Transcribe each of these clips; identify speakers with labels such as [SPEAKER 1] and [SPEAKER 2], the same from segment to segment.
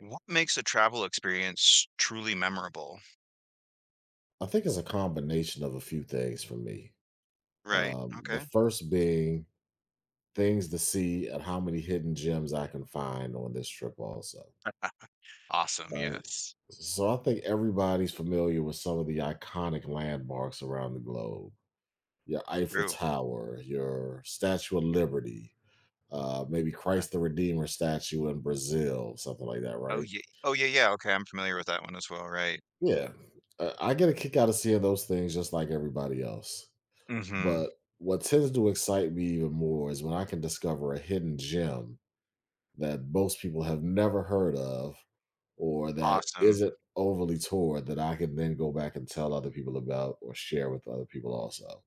[SPEAKER 1] What makes a travel experience truly memorable?
[SPEAKER 2] I think it's a combination of a few things for me.
[SPEAKER 1] Right,
[SPEAKER 2] The
[SPEAKER 1] okay.
[SPEAKER 2] first being things to see and how many hidden gems I can find on this trip, also.
[SPEAKER 1] Awesome,
[SPEAKER 2] All right.
[SPEAKER 1] yes.
[SPEAKER 2] So I think everybody's familiar with some of the iconic landmarks around the globe. Your Eiffel
[SPEAKER 1] True.
[SPEAKER 2] Tower, your Statue of Liberty, maybe Christ the Redeemer statue in Brazil, something like that,
[SPEAKER 1] Oh,
[SPEAKER 2] right?
[SPEAKER 1] yeah. Oh, yeah, yeah, okay, I'm familiar with that one as well, right.
[SPEAKER 2] Yeah. I get a kick out of seeing those things just like everybody else.
[SPEAKER 1] Mhm.
[SPEAKER 2] But what tends to excite me even more is when I can discover a hidden gem that most people have never heard of or that
[SPEAKER 1] Awesome.
[SPEAKER 2] isn't overly toured that I can then go back and tell other people about or share with other people also.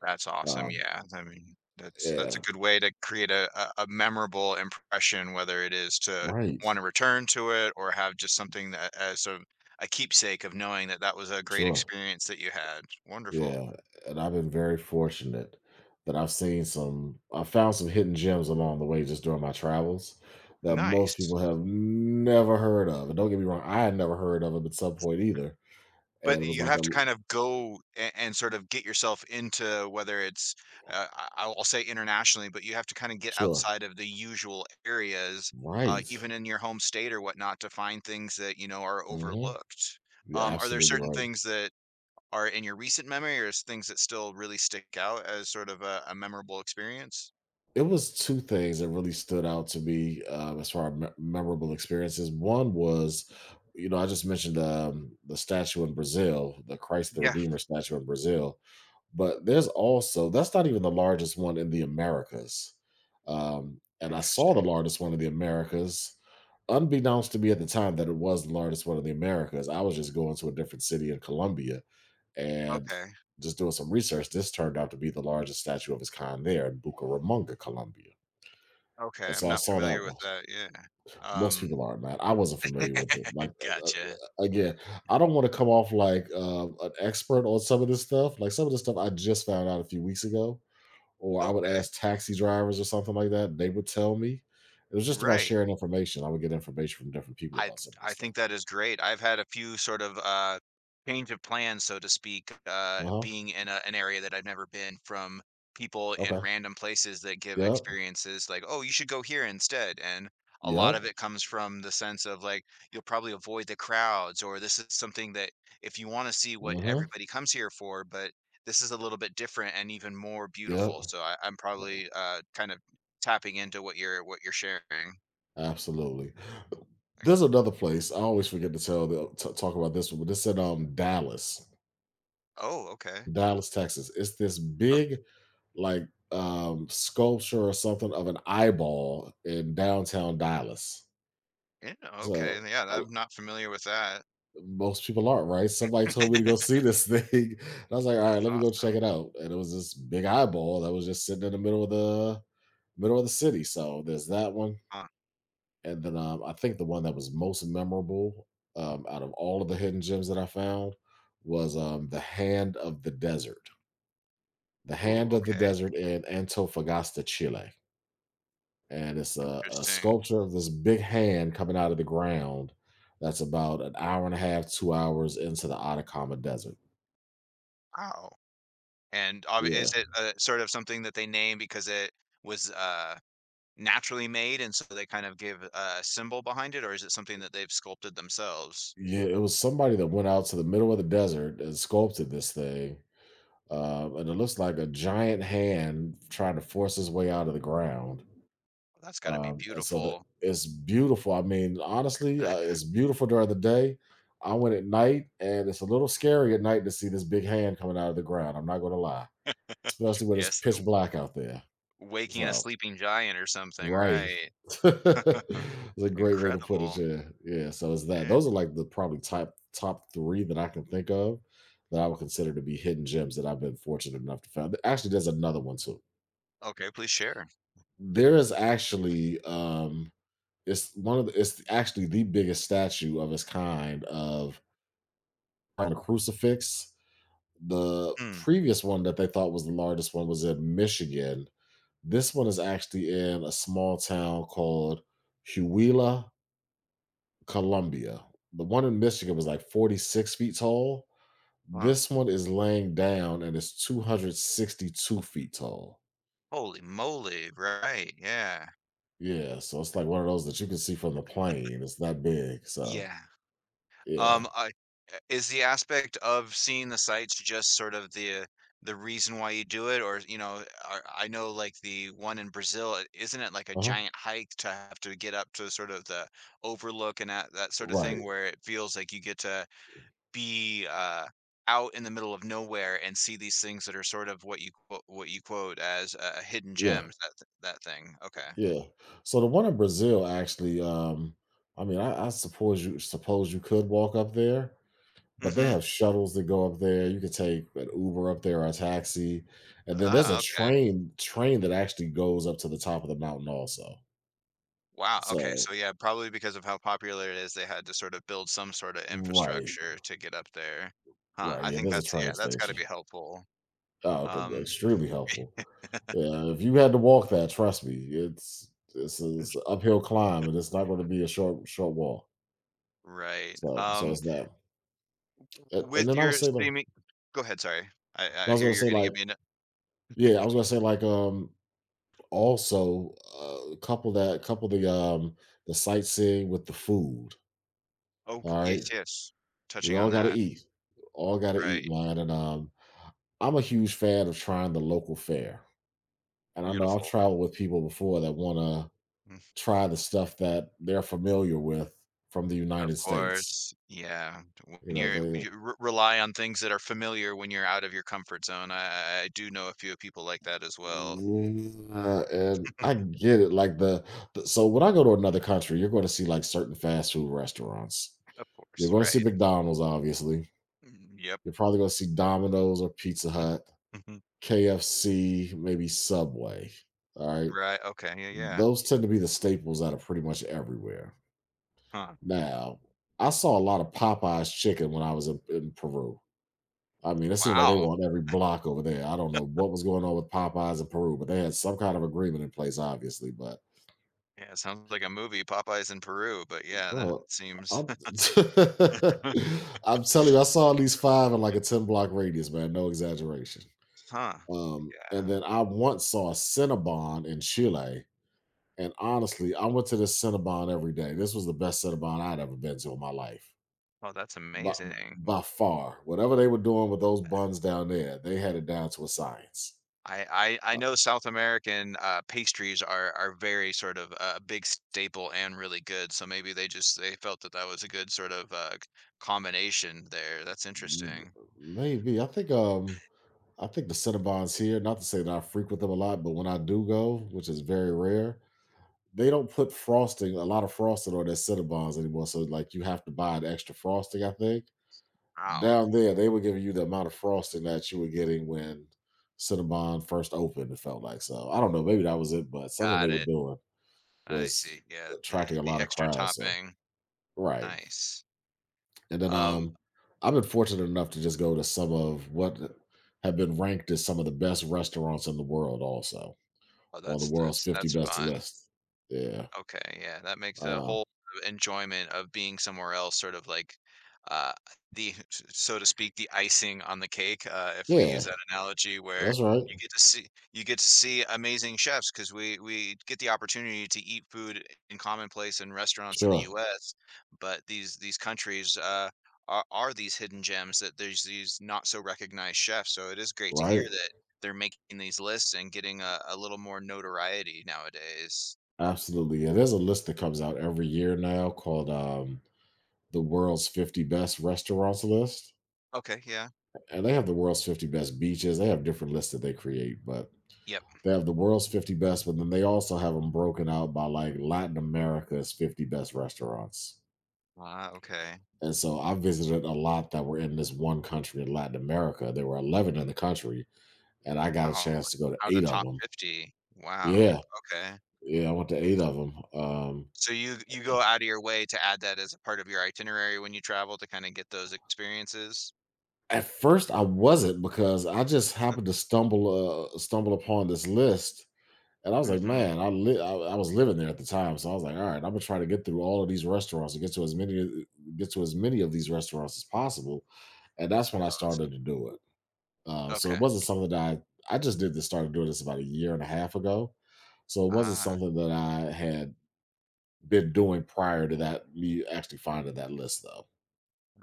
[SPEAKER 1] That's awesome,
[SPEAKER 2] Um,
[SPEAKER 1] yeah, that's a
[SPEAKER 2] yeah,
[SPEAKER 1] good way to create a memorable impression, whether it is to
[SPEAKER 2] right.
[SPEAKER 1] wanna return to it or have just something that as a keepsake of knowing that that was a great
[SPEAKER 2] Sure.
[SPEAKER 1] experience that you had. Wonderful.
[SPEAKER 2] Yeah. And I've been very fortunate that I've seen some, I found some hidden gems along the way just during my travels that most
[SPEAKER 1] Nice.
[SPEAKER 2] people have never heard of. And don't get me wrong, I had never heard of them at some point either. And
[SPEAKER 1] But
[SPEAKER 2] it was
[SPEAKER 1] you
[SPEAKER 2] like
[SPEAKER 1] have
[SPEAKER 2] a
[SPEAKER 1] to kind of go a and sort of get yourself into whether it's, I'll say internationally, but you have to kinda get
[SPEAKER 2] sure.
[SPEAKER 1] outside of the usual areas,
[SPEAKER 2] Right.
[SPEAKER 1] even in your home state or whatnot to find things that, you know, are
[SPEAKER 2] Mhm.
[SPEAKER 1] overlooked.
[SPEAKER 2] You're
[SPEAKER 1] Are there
[SPEAKER 2] absolutely
[SPEAKER 1] certain
[SPEAKER 2] right.
[SPEAKER 1] things that are in your recent memory or is things that still really stick out as sort of a memorable experience?
[SPEAKER 2] It was 2 things that really stood out to me, as far as me memorable experiences. One was, you know, I just mentioned, the statue in Brazil, the Christ the
[SPEAKER 1] Yeah,
[SPEAKER 2] Redeemer statue in Brazil. But there's also that's not even the largest one in the Americas. And I saw the
[SPEAKER 1] interesting.
[SPEAKER 2] largest one in the Americas, unbeknownst to me at the time that it was the largest one in the Americas. I was just going to a different city in Colombia and
[SPEAKER 1] Okay,
[SPEAKER 2] just doing some research. This turned out to be the largest statue of its kind there in Bucaramanga, Colombia.
[SPEAKER 1] okay,
[SPEAKER 2] And
[SPEAKER 1] I'm
[SPEAKER 2] so I
[SPEAKER 1] not
[SPEAKER 2] saw
[SPEAKER 1] familiar
[SPEAKER 2] that
[SPEAKER 1] with
[SPEAKER 2] one.
[SPEAKER 1] that, yeah.
[SPEAKER 2] Most
[SPEAKER 1] Um,
[SPEAKER 2] people aren't, man. I wasn't familiar with it.
[SPEAKER 1] gotcha.
[SPEAKER 2] Again, I don't want to come off like an expert on some of this stuff. Like some of this stuff I just found out a few weeks ago or I would
[SPEAKER 1] Okay,
[SPEAKER 2] ask taxi drivers or something like that. They would tell me. It was just about
[SPEAKER 1] right.
[SPEAKER 2] sharing information. I would get information from different people
[SPEAKER 1] I
[SPEAKER 2] about some of this
[SPEAKER 1] I
[SPEAKER 2] stuff.
[SPEAKER 1] think that is great. I've had a few sort of, change of plans, so to speak,
[SPEAKER 2] Uh huh.
[SPEAKER 1] being in a an area that I've never been from people in
[SPEAKER 2] Okay.
[SPEAKER 1] random places that give
[SPEAKER 2] Yep.
[SPEAKER 1] experiences like, "Oh, you should go here instead," and a lot of
[SPEAKER 2] Yep.
[SPEAKER 1] it comes from the sense of, like, you'll probably avoid the crowds, or this is something that if you wanna see what
[SPEAKER 2] Uh huh.
[SPEAKER 1] everybody comes here for, but this is a little bit different and even more beautiful,
[SPEAKER 2] Yep.
[SPEAKER 1] so I'm probably, kind of tapping into what you're sharing.
[SPEAKER 2] Absolutely.
[SPEAKER 1] Like,
[SPEAKER 2] There's another place. I always forget to tell talk about this one, but this said Dallas,
[SPEAKER 1] "Oh, okay."
[SPEAKER 2] Dallas, Texas. It's this big like sculpture or something of an eyeball in downtown Dallas.
[SPEAKER 1] Yeah, okay,
[SPEAKER 2] So.
[SPEAKER 1] yeah,
[SPEAKER 2] a,
[SPEAKER 1] I'm not familiar with that.
[SPEAKER 2] most people aren't, right? Somebody told me to go see this thing. And I was like, all right,
[SPEAKER 1] That's
[SPEAKER 2] let me go
[SPEAKER 1] awesome.
[SPEAKER 2] check it out. And it was this big eyeball that was just sitting in the middle of the city. So there's that one.
[SPEAKER 1] Huh.
[SPEAKER 2] And then I think the one that was most memorable, out of all of the hidden gems that I found was, the Hand of the Desert. The
[SPEAKER 1] Ooh,
[SPEAKER 2] Hand of the
[SPEAKER 1] okay,
[SPEAKER 2] Desert in Antofagasta, Chile. And it's a
[SPEAKER 1] interesting.
[SPEAKER 2] sculpture of this big hand coming out of the ground that's about an hour and a half, 2 hours into the Atacama Desert.
[SPEAKER 1] Wow, and obvi
[SPEAKER 2] Yeah.
[SPEAKER 1] is it, sort of something that they name because it was, naturally made, and so they kind of give a symbol behind it, or is it something that they've sculpted themselves?
[SPEAKER 2] Yeah, it was somebody that went out to the middle of the desert and sculpted this thing. And it looks like a giant hand trying to force his way out of the ground.
[SPEAKER 1] Oh, that's gotta be
[SPEAKER 2] And so the,
[SPEAKER 1] beautiful.
[SPEAKER 2] it's beautiful. I mean, honestly, it's beautiful during the day. I went at night, and it's a little scary at night to see this big hand coming out of the ground. I'm not going to lie, especially when it's
[SPEAKER 1] Yes,
[SPEAKER 2] pitch
[SPEAKER 1] w
[SPEAKER 2] black out there.
[SPEAKER 1] waking a
[SPEAKER 2] So
[SPEAKER 1] sleeping giant or something,
[SPEAKER 2] right.
[SPEAKER 1] right?
[SPEAKER 2] It's a great way to put it,
[SPEAKER 1] Incredible.
[SPEAKER 2] yeah. Yeah, so it's that.
[SPEAKER 1] Yeah.
[SPEAKER 2] Those are, like, the probably top 3 that I can think of that I would consider to be hidden gems that I've been fortunate enough to find. Actually, there's another one too.
[SPEAKER 1] Okay, please share.
[SPEAKER 2] There is actually, it's one of the it's actually the biggest statue of its kind of on a crucifix. The
[SPEAKER 1] Hmm.
[SPEAKER 2] previous one that they thought was the largest one was in Michigan. This one is actually in a small town called Huila, Columbia. The one in Michigan was like 46 feet tall.
[SPEAKER 1] Wow.
[SPEAKER 2] This one is laying down and it's 262 feet tall.
[SPEAKER 1] Holy moly, right, yeah.
[SPEAKER 2] Yeah, so it's like one of those that you can see from the plane. It's that big. So
[SPEAKER 1] Yeah.
[SPEAKER 2] yeah.
[SPEAKER 1] I Is the aspect of seeing the sights just sort of the reason why you do it? Or, you know, I know, like, the one in Brazil, I isn't it like a
[SPEAKER 2] Uh-huh.
[SPEAKER 1] giant hike to have to get up to sort of the overlook and that sort of thing
[SPEAKER 2] Right.
[SPEAKER 1] where it feels like you get to be, out in the middle of nowhere and see these things that are sort of what you quote as, hidden
[SPEAKER 2] Yeah.
[SPEAKER 1] gems, that thing. Okay.
[SPEAKER 2] Yeah. So the one in Brazil actually, I mean, I suppose you could walk up there, but they
[SPEAKER 1] Mhm.
[SPEAKER 2] have shuttles that go up there. You can take an Uber up there or a taxi, and then there's a
[SPEAKER 1] Ah, okay.
[SPEAKER 2] train that actually goes up to the top of the mountain also.
[SPEAKER 1] Wow, okay,
[SPEAKER 2] So
[SPEAKER 1] so yeah, probably because of how popular it is, they had to sort of build some sort of
[SPEAKER 2] right,
[SPEAKER 1] infrastructure to get up there. Huh,
[SPEAKER 2] right,
[SPEAKER 1] I
[SPEAKER 2] yeah,
[SPEAKER 1] think
[SPEAKER 2] there's a
[SPEAKER 1] that's yeah,
[SPEAKER 2] train
[SPEAKER 1] that's gotta
[SPEAKER 2] station.
[SPEAKER 1] be helpful.
[SPEAKER 2] Oh, okay, well,
[SPEAKER 1] Um,
[SPEAKER 2] extremely helpful. Yeah, if you had to walk that, trust me, it's an uphill climb, and it's not going to be a short walk.
[SPEAKER 1] right,
[SPEAKER 2] So so it's that. And
[SPEAKER 1] with
[SPEAKER 2] then I would
[SPEAKER 1] your
[SPEAKER 2] say, like,
[SPEAKER 1] streaming go ahead, sorry.
[SPEAKER 2] I
[SPEAKER 1] I
[SPEAKER 2] was
[SPEAKER 1] hear
[SPEAKER 2] going to
[SPEAKER 1] you're
[SPEAKER 2] say
[SPEAKER 1] gonna give
[SPEAKER 2] like,
[SPEAKER 1] me an
[SPEAKER 2] yeah, I was going to say like, also, couple that couple the sightseeing with the food,
[SPEAKER 1] oh,
[SPEAKER 2] all
[SPEAKER 1] yes,
[SPEAKER 2] right?
[SPEAKER 1] yes,
[SPEAKER 2] We
[SPEAKER 1] touching on
[SPEAKER 2] all gotta
[SPEAKER 1] that,
[SPEAKER 2] eat. All gotta eat,
[SPEAKER 1] right,
[SPEAKER 2] man, and, I'm a huge fan of trying the local fare, and I know I've
[SPEAKER 1] beautiful.
[SPEAKER 2] traveled with people before that wanna
[SPEAKER 1] Mm,
[SPEAKER 2] try the stuff that they're familiar with from the
[SPEAKER 1] Of
[SPEAKER 2] United States.
[SPEAKER 1] course, yeah, when
[SPEAKER 2] You know,
[SPEAKER 1] you're
[SPEAKER 2] they
[SPEAKER 1] you re rely on things that are familiar when you're out of your comfort zone, I do know a few people like that as well.
[SPEAKER 2] yeah,
[SPEAKER 1] Mm,
[SPEAKER 2] and I get it, like, the so when I go to another country, you're gonna see, like, certain fast food restaurants.
[SPEAKER 1] Of
[SPEAKER 2] You're
[SPEAKER 1] course,
[SPEAKER 2] gonna
[SPEAKER 1] right.
[SPEAKER 2] see McDonald's, obviously.
[SPEAKER 1] Mm, yep.
[SPEAKER 2] You're probably going to see Domino's or Pizza
[SPEAKER 1] Mm,
[SPEAKER 2] Hut,
[SPEAKER 1] mhm.
[SPEAKER 2] KFC, maybe Subway. All right.
[SPEAKER 1] Right, okay, yeah, yeah.
[SPEAKER 2] Those tend to be the staples that are pretty much everywhere.
[SPEAKER 1] Huh.
[SPEAKER 2] Now, I saw a lot of Popeye's chicken when I was in Peru. I mean, it seemed like they
[SPEAKER 1] Wow.
[SPEAKER 2] were on every block over there. I don't know what was going on with Popeyes in Peru, but they had some kind of agreement in place, obviously. But,
[SPEAKER 1] Yeah, it sounds like a movie, Popeyes in Peru, but yeah, that
[SPEAKER 2] bro,
[SPEAKER 1] seems
[SPEAKER 2] I'm, I'm telling you, I saw at least 5 in like a 10 block radius, man. No exaggeration.
[SPEAKER 1] Huh.
[SPEAKER 2] And
[SPEAKER 1] Yeah.
[SPEAKER 2] then I once saw a Cinnabon in Chile, and honestly, I went to this Cinnabon every day. This was the best Cinnabon I'd ever been to in my life,
[SPEAKER 1] Oh, that's
[SPEAKER 2] by,
[SPEAKER 1] amazing.
[SPEAKER 2] by far. Whatever they were doing with those buns down there, they had it down to a science.
[SPEAKER 1] I
[SPEAKER 2] Uh,
[SPEAKER 1] know South American, pastries are very sort of a big staple and really good, so maybe they felt that that was a good sort of, c combination there. That's
[SPEAKER 2] m-
[SPEAKER 1] interesting.
[SPEAKER 2] Maybe I think the Cinnabons here. Not to say that I frequent them a lot, but when I do go, which is very rare, they don't put frosting a lot of frosting on their Cinnabons anymore. So like you have to buy an extra frosting, I think
[SPEAKER 1] Wow.
[SPEAKER 2] down there, they were giving you the amount of frosting that you were getting when Cinnabon first opened, it felt like. So I don't know, maybe that was it, but something they
[SPEAKER 1] Got
[SPEAKER 2] were
[SPEAKER 1] it.
[SPEAKER 2] doing
[SPEAKER 1] I see,
[SPEAKER 2] was
[SPEAKER 1] yeah,
[SPEAKER 2] attracting a
[SPEAKER 1] the
[SPEAKER 2] lot of
[SPEAKER 1] extra
[SPEAKER 2] crowds. So
[SPEAKER 1] topping.
[SPEAKER 2] right.
[SPEAKER 1] Nice.
[SPEAKER 2] And then
[SPEAKER 1] Um
[SPEAKER 2] I've been fortunate enough to just go to some of what have been ranked as some of the best restaurants in the world also
[SPEAKER 1] Oh,
[SPEAKER 2] on the
[SPEAKER 1] that's
[SPEAKER 2] world's
[SPEAKER 1] that's
[SPEAKER 2] 50
[SPEAKER 1] that's
[SPEAKER 2] best
[SPEAKER 1] fun.
[SPEAKER 2] list. Yeah.
[SPEAKER 1] Okay, yeah, that makes the
[SPEAKER 2] Um
[SPEAKER 1] whole enjoyment of being somewhere else sort of like uh the so to speak the icing on the cake if we use
[SPEAKER 2] yeah,
[SPEAKER 1] that analogy where
[SPEAKER 2] that's right.
[SPEAKER 1] you get to see you get to see amazing chefs because we get the opportunity to eat food in commonplace in restaurants in the
[SPEAKER 2] Sure.
[SPEAKER 1] US but these countries are these hidden gems that there's these not so recognized chefs, so it is great to hear
[SPEAKER 2] Right.
[SPEAKER 1] that they're making these lists and getting a little more notoriety nowadays.
[SPEAKER 2] Absolutely. Yeah, there's a list that comes out every year now called the world's 50 best restaurants list.
[SPEAKER 1] Okay, yeah.
[SPEAKER 2] And they have the world's 50 best beaches. They have different lists that they create, but
[SPEAKER 1] Yep.
[SPEAKER 2] they have the world's 50 best, but then they also have them broken out by like Latin America's 50 best restaurants.
[SPEAKER 1] Wow, okay.
[SPEAKER 2] And so I visited a lot that were in this one country in Latin America. There were 11 in the country, and I got a
[SPEAKER 1] Wow.
[SPEAKER 2] chance to go to
[SPEAKER 1] Out of the
[SPEAKER 2] 8 of
[SPEAKER 1] top
[SPEAKER 2] them.
[SPEAKER 1] 50. Wow,
[SPEAKER 2] Yeah.
[SPEAKER 1] okay.
[SPEAKER 2] Yeah. I went to 8 of them.
[SPEAKER 1] So you go out of your way to add that as a part of your itinerary when you travel to kinda get those experiences?
[SPEAKER 2] At first, I wasn't because I just happened to stumble upon this list. And I was
[SPEAKER 1] Mm
[SPEAKER 2] like,
[SPEAKER 1] mhm.
[SPEAKER 2] man, I, li- I was living there at the time, so I was like, all right, I'm gonna try to get through all of these restaurants and get to as many of these restaurants as possible. And that's when I started
[SPEAKER 1] Awesome.
[SPEAKER 2] to do it. So
[SPEAKER 1] Okay.
[SPEAKER 2] it wasn't something that I just did this started doing this about a year and a half ago. So it wasn't
[SPEAKER 1] Ah,
[SPEAKER 2] something that I had been doing prior to that me actually finding that list though.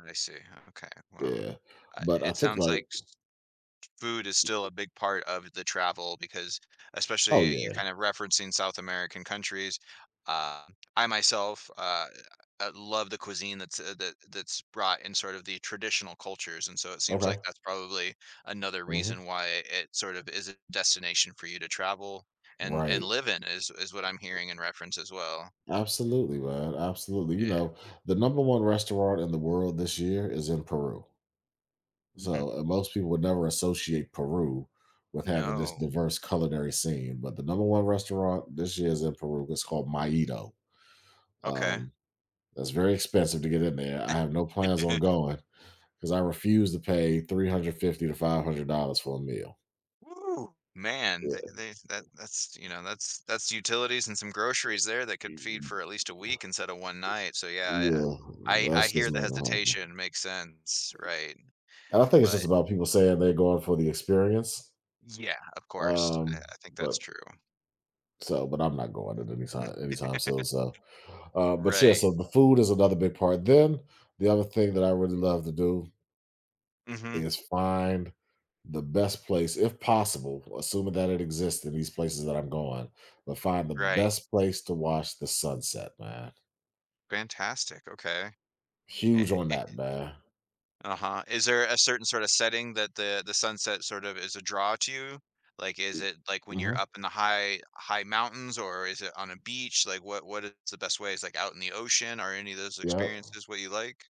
[SPEAKER 1] I see. Okay, well,
[SPEAKER 2] Yeah, but I
[SPEAKER 1] it
[SPEAKER 2] think
[SPEAKER 1] sounds like
[SPEAKER 2] like
[SPEAKER 1] s food is still a big part of the travel because
[SPEAKER 2] oh
[SPEAKER 1] especially you're
[SPEAKER 2] yeah
[SPEAKER 1] kind of referencing South American countries. Uh, I myself love the cuisine that's that that's brought in sort of the traditional cultures, and so it seems like
[SPEAKER 2] okay
[SPEAKER 1] that's probably another
[SPEAKER 2] hmm
[SPEAKER 1] reason why it sort of is a destination for you to travel and
[SPEAKER 2] right.
[SPEAKER 1] live in is what I'm hearing in reference as well.
[SPEAKER 2] Absolutely, man. Absolutely. You
[SPEAKER 1] Yeah.
[SPEAKER 2] know, the number one restaurant in the world this year is in Peru.
[SPEAKER 1] Mm,
[SPEAKER 2] So most people would never associate Peru with having this
[SPEAKER 1] No.
[SPEAKER 2] diverse culinary scene, but the number one restaurant this year is in Peru. It's called Maito.
[SPEAKER 1] Okay.
[SPEAKER 2] Um, that's very expensive to get in there. I have no plans on going because I refuse to pay $350 to $500 for a meal.
[SPEAKER 1] Woo! Man,
[SPEAKER 2] Yeah,
[SPEAKER 1] they that that's you know that's utilities and some groceries there that could feed for at least a week instead of one night. So yeah,
[SPEAKER 2] yeah,
[SPEAKER 1] I
[SPEAKER 2] that's
[SPEAKER 1] hear
[SPEAKER 2] just
[SPEAKER 1] the
[SPEAKER 2] not gonna happen.
[SPEAKER 1] hesitation. Makes sense, right?
[SPEAKER 2] And I think it's just
[SPEAKER 1] But
[SPEAKER 2] about people saying they're going for the experience.
[SPEAKER 1] yeah, of course,
[SPEAKER 2] Um,
[SPEAKER 1] I think that's
[SPEAKER 2] but
[SPEAKER 1] true.
[SPEAKER 2] so, but I'm not going at any time anytime soon. So, but yeah,
[SPEAKER 1] Right.
[SPEAKER 2] so the food is another big part. Then the other thing that I really love to do
[SPEAKER 1] Hmm.
[SPEAKER 2] is find the best place, if possible, assuming that it exists in these places that I'm going, but find the
[SPEAKER 1] Right.
[SPEAKER 2] best place to watch the sunset, man.
[SPEAKER 1] Fantastic. Okay.
[SPEAKER 2] Huge on that, man.
[SPEAKER 1] Uh-huh. Is there a certain sort of setting that the sunset sort of is a draw to you? Like, is it like when you're
[SPEAKER 2] Mhm.
[SPEAKER 1] up in the high mountains or is it on a beach? Like what is the best way? Is like out in the ocean? Are any of those
[SPEAKER 2] Yep.
[SPEAKER 1] experiences what you like?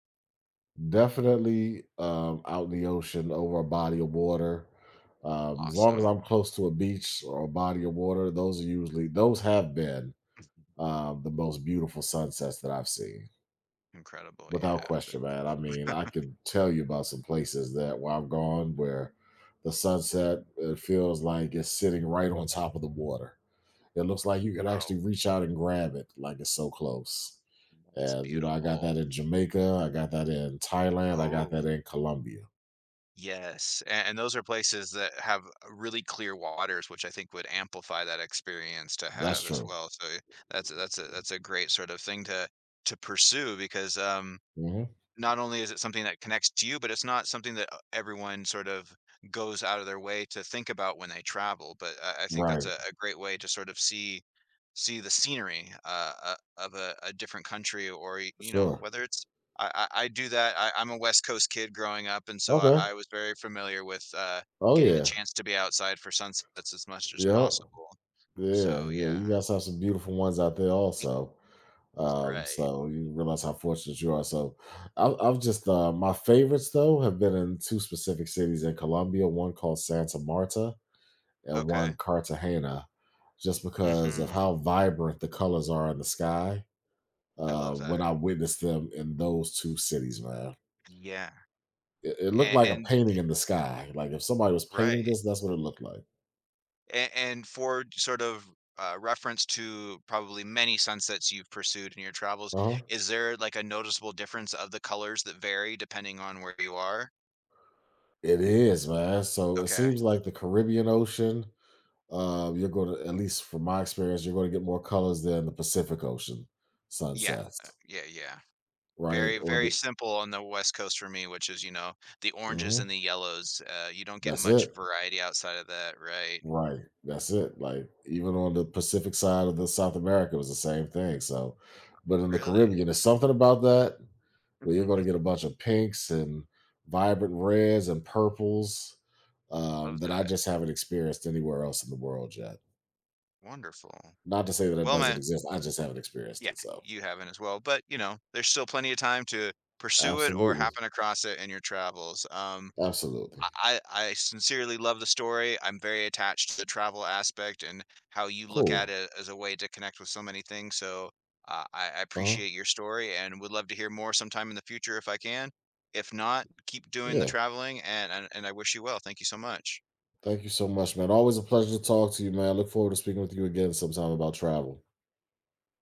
[SPEAKER 2] Definitely out in the ocean over a body of water. As long as
[SPEAKER 1] Awesome.
[SPEAKER 2] I'm close to a beach or a body of water, those are usually, those have been, the most beautiful sunsets that I've seen
[SPEAKER 1] Incredible. Yeah.
[SPEAKER 2] without
[SPEAKER 1] Th-
[SPEAKER 2] question, man. I mean, I could tell you about some places that where I've gone where the sunset, it feels like it's sitting right on top of the water. It looks like you could
[SPEAKER 1] Oh,
[SPEAKER 2] actually reach out and grab it, like it's so close.
[SPEAKER 1] that's
[SPEAKER 2] And you know, I got that
[SPEAKER 1] beautiful.
[SPEAKER 2] in Jamaica, I got that in Thailand, I got
[SPEAKER 1] Oh.
[SPEAKER 2] that in Colombia.
[SPEAKER 1] Yes, a and those are places that have really clear waters, which I think would amplify that experience to
[SPEAKER 2] That's
[SPEAKER 1] have as
[SPEAKER 2] true.
[SPEAKER 1] well, so that's that's a great sort of thing to pursue because,
[SPEAKER 2] Hmm.
[SPEAKER 1] not only is it something that connects to you, but it's not something that, everyone sort of goes out of their way to think about when they travel, but I think that's
[SPEAKER 2] Right.
[SPEAKER 1] a great way to sort of see the scenery, of a different country or, y you know,
[SPEAKER 2] Sure.
[SPEAKER 1] whether it's I do that, I'm a West Coast kid growing up, and so I
[SPEAKER 2] Okay.
[SPEAKER 1] was very familiar with,
[SPEAKER 2] Oh
[SPEAKER 1] getting the
[SPEAKER 2] yeah.
[SPEAKER 1] chance to be outside for sunsets as much as
[SPEAKER 2] Yep.
[SPEAKER 1] possible. So,
[SPEAKER 2] Yeah. Yeah. You
[SPEAKER 1] yeah.
[SPEAKER 2] guys have some beautiful ones out there also.
[SPEAKER 1] Right.
[SPEAKER 2] So you realize how fortunate you are. So I've just my favorites though have been in two specific cities in Colombia. One called Santa Marta, and one
[SPEAKER 1] Okay.
[SPEAKER 2] Cartagena, just because of
[SPEAKER 1] Mhm.
[SPEAKER 2] how vibrant the colors are in the sky.
[SPEAKER 1] I love that.
[SPEAKER 2] When I witnessed them in those two cities, man,
[SPEAKER 1] Yeah.
[SPEAKER 2] it
[SPEAKER 1] A
[SPEAKER 2] looked like a
[SPEAKER 1] and
[SPEAKER 2] painting in the sky. Like if somebody was painting
[SPEAKER 1] right.
[SPEAKER 2] this, that's what it looked like.
[SPEAKER 1] And for sort of reference to probably many sunsets you've pursued in your travels,
[SPEAKER 2] Uh huh.
[SPEAKER 1] is there like a noticeable difference of the colors that vary depending on where you are?
[SPEAKER 2] It is, man. So it
[SPEAKER 1] Okay.
[SPEAKER 2] seems like the Caribbean Ocean. You're going to, at least from my experience, you're going to get more colors than the Pacific Ocean
[SPEAKER 1] Yeah.
[SPEAKER 2] sunsets,
[SPEAKER 1] Yeah. Yeah.
[SPEAKER 2] right?
[SPEAKER 1] Very,
[SPEAKER 2] Or
[SPEAKER 1] very
[SPEAKER 2] the.
[SPEAKER 1] simple on the West Coast for me, which is, you know, the oranges
[SPEAKER 2] Mhm,
[SPEAKER 1] and the yellows. You don't get
[SPEAKER 2] that's
[SPEAKER 1] much
[SPEAKER 2] it.
[SPEAKER 1] variety outside of that, right?
[SPEAKER 2] Right. That's it. Like even on the Pacific side of the South America it was the same thing. So, but in the
[SPEAKER 1] Really?
[SPEAKER 2] Caribbean, there's something about that where you're going to get a bunch of pinks and vibrant reds and purples,
[SPEAKER 1] Love
[SPEAKER 2] that I
[SPEAKER 1] that.
[SPEAKER 2] just haven't experienced anywhere else in the world yet.
[SPEAKER 1] Wonderful.
[SPEAKER 2] Not to say that it
[SPEAKER 1] Well,
[SPEAKER 2] doesn't
[SPEAKER 1] man,
[SPEAKER 2] exist. I just haven't experienced
[SPEAKER 1] yeah,
[SPEAKER 2] it. So,
[SPEAKER 1] you haven't as well, but you know, there's still plenty of time to pursue it or
[SPEAKER 2] absolutely,
[SPEAKER 1] happen across it in your travels.
[SPEAKER 2] absolutely,
[SPEAKER 1] I sincerely love the story. I'm very attached to the travel aspect and how you look at
[SPEAKER 2] cool.
[SPEAKER 1] it as a way to connect with so many things. So I
[SPEAKER 2] Uh huh.
[SPEAKER 1] appreciate your story and would love to hear more sometime in the future if I can. If not, keep doing the
[SPEAKER 2] Yeah.
[SPEAKER 1] traveling and I wish you well. Thank you so much.
[SPEAKER 2] Thank you so much, man. Always a pleasure to talk to you, man. I look forward to speaking with you again sometime about travel.